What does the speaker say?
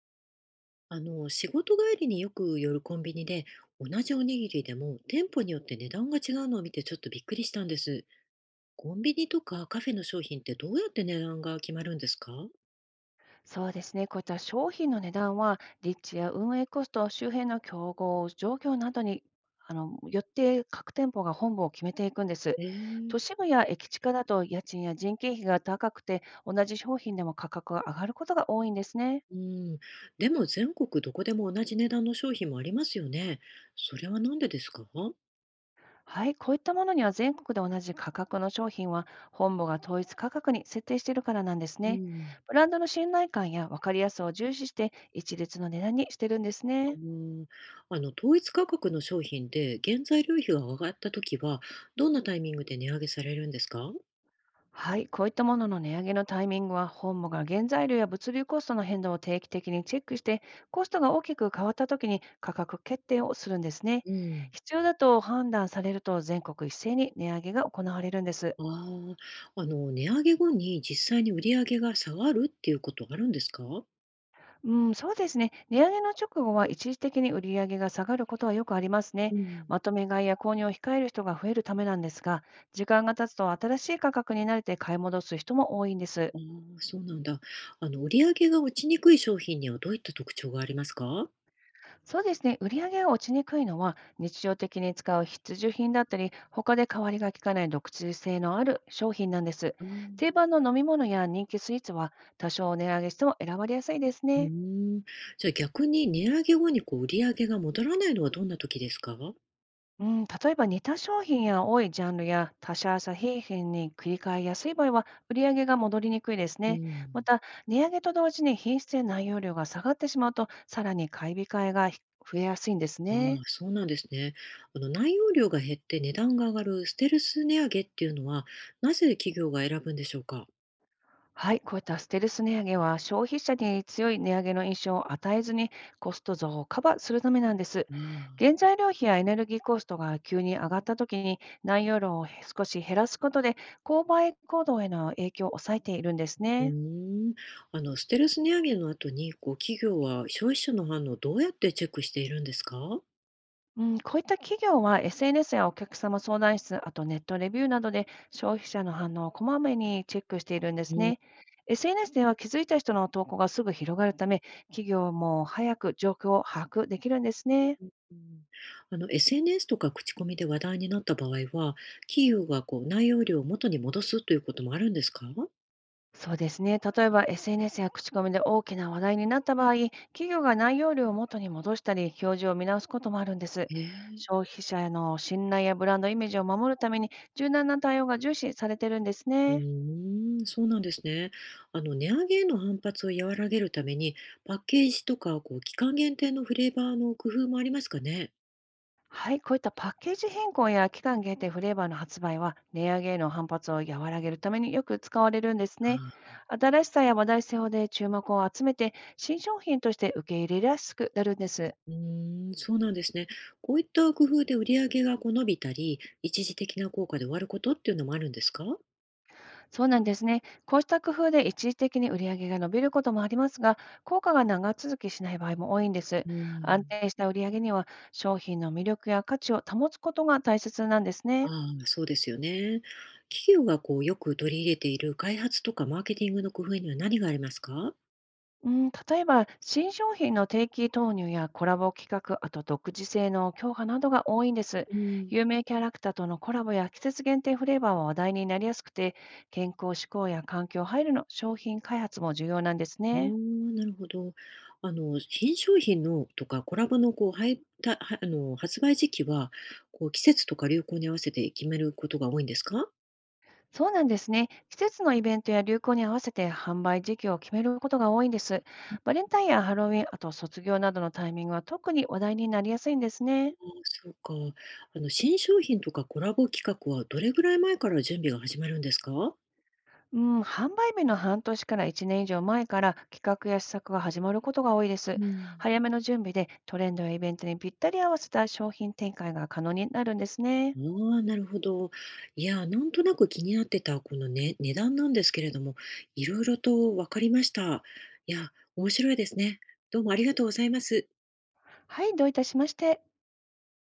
仕事帰りによく寄るコンビニで、同じおにぎりでも店舗によって値段が違うのを見てちょっとびっくりしたんです。コンビニとかカフェの商品ってどうやって値段が決まるんですか？そうですね。こういった商品の値段は、立地や運営コスト、周辺の競合、状況などによって各店舗が本部を決めていくんです。えー、都市部や駅地下だと家賃や人件費が高くて、同じ商品でも価格が上がることが多いんですね。うん。でも全国どこでも同じ値段の商品もありますよね。それはなんでですか？はい、こういったものには全国で同じ価格の商品は本部が統一価格に設定しているからなんですうね。ん、ブランドの信頼感や分かりやすさを重視して一律の値段にしてるんですあね。の、統一価格の商品で原材料費が上がった時は、どんなタイミングで値上げされるんですか？はい、こういったものの値上げのタイミングは、本部が原材料や物流コストの変動を定期的にチェックして、コストが大きく変わったときに価格決定をするんですね。うん。必要だと判断されると、全国一斉に値上げが行われるんです。ああ、値上げ後に実際に売り上げが下がるっていうことあるんですか？うん、そうですね。値上げの直後は一時的に売り上げが下がることはよくありますうね。ん。まとめ買いや購入を控える人が増えるためなんですが、時間が経つと新しい価格に慣れて買い戻す人も多いんです。ああ、そうなんだ。売り上げが落ちにくい商品にはどういった特徴がありますか？そうですね。売り上げが落ちにくいのは、日常的に使う必需品だったり、他で代わりがきかない独自性のある商品なんです。あん。定番の飲み物や人気スイーツは、多少値上げしても選ばれやすいですうーね。ん。じゃあ逆に値上げ後にこう売り上げが戻らないのはどんな時ですか？うん、例えば似た商品や多いジャンルや他社製品に繰り替えやすい場合は、売り上げが戻りにくいですうね。まん。た、値上げと同時に品質や内容量が下がってしまうと、さらに買い控えが増えやすいんですああ、ね。そうなんですね。内容量が減って値段が上がるステルス値上げっていうのは、なぜ企業が選ぶんでしょうか？はい、こういったステルス値上げは消費者に強い値上げの印象を与えずにコスト増をカバーするためなんです。ああ。原材料費やエネルギーコストが急に上がった時に、内容量を少し減らすことで購買行動への影響を抑えているんですうね。ーん、ステルス値上げの後に、こう、企業は消費者の反応をどうやってチェックしているんですか？うん、こういった企業は SNS やお客様相談室、あとネットレビューなどで消費者の反応をこまめにチェックしているんでうすん、ね。SNS では気づいた人の投稿がすぐ広がるため、企業も早く状況を把握できるんですね。ん、SNS とか口コミで話題になった場合は、企業がこう、内容量を元に戻すということもあるんですか？そうですね。例えば SNS や口コミで大きな話題になった場合、企業が内容量を元に戻したり、表示を見直すこともあるんです。えー。消費者への信頼やブランドイメージを守るために、柔軟な対応が重視されてるんですうね。ーん、そうなんですね。あの、値上げへの反発を和らげるために、パッケージとか、こう、期間限定のフレーバーの工夫もありますかね。はい、こういったパッケージ変更や期間限定フレーバーの発売は、値上げへの反発を和らげるためによく使われるんですね。新しさや話題性で注目を集めて、新商品として受け入れやすくなるんです。うーん、そうなんですね。こういった工夫で売り上げがこう伸びたり、一時的な効果で終わることっていうのもあるんですか？そうなんですね。こうした工夫で一時的に売り上げが伸びることもありますが、効果が長続きしない場合も多いんです。う安ん。定した売り上げには、商品の魅力や価値を保つことが大切なんですね。ああ、そうですよね。企業がこうよく取り入れている開発とかマーケティングの工夫には何がありますか？うん、例えば、新商品の定期投入やコラボ企画、あと独自性の強化などが多いんです。うん。有名キャラクターとのコラボや季節限定フレーバーは話題になりやすくて、健康志向や環境配慮の商品開発も重要なんですおね。ー、なるほど。新商品のとかコラボのこう配たはあの発売時期はこう季節とか流行に合わせて決めることが多いんですか？そうなんですね。季節のイベントや流行に合わせて販売時期を決めることが多いんです。バレンタインやハロウィン、あと卒業などのタイミングは特に話題になりやすいんですあね。あ、そうか。新商品とかコラボ企画はどれぐらい前から準備が始まるんですか？うん、販売日の半年から1年以上前から企画や施策が始まることが多いでうす。ん。早めの準備でトレンドやイベントにぴったり合わせた商品展開が可能になるんですね。ああ、なるほど。いや、なんとなく気になってたこのね値段なんですけれども、いろいろと分かりました。いや、面白いですね。どうもありがとうございます。はい、どういたしまして。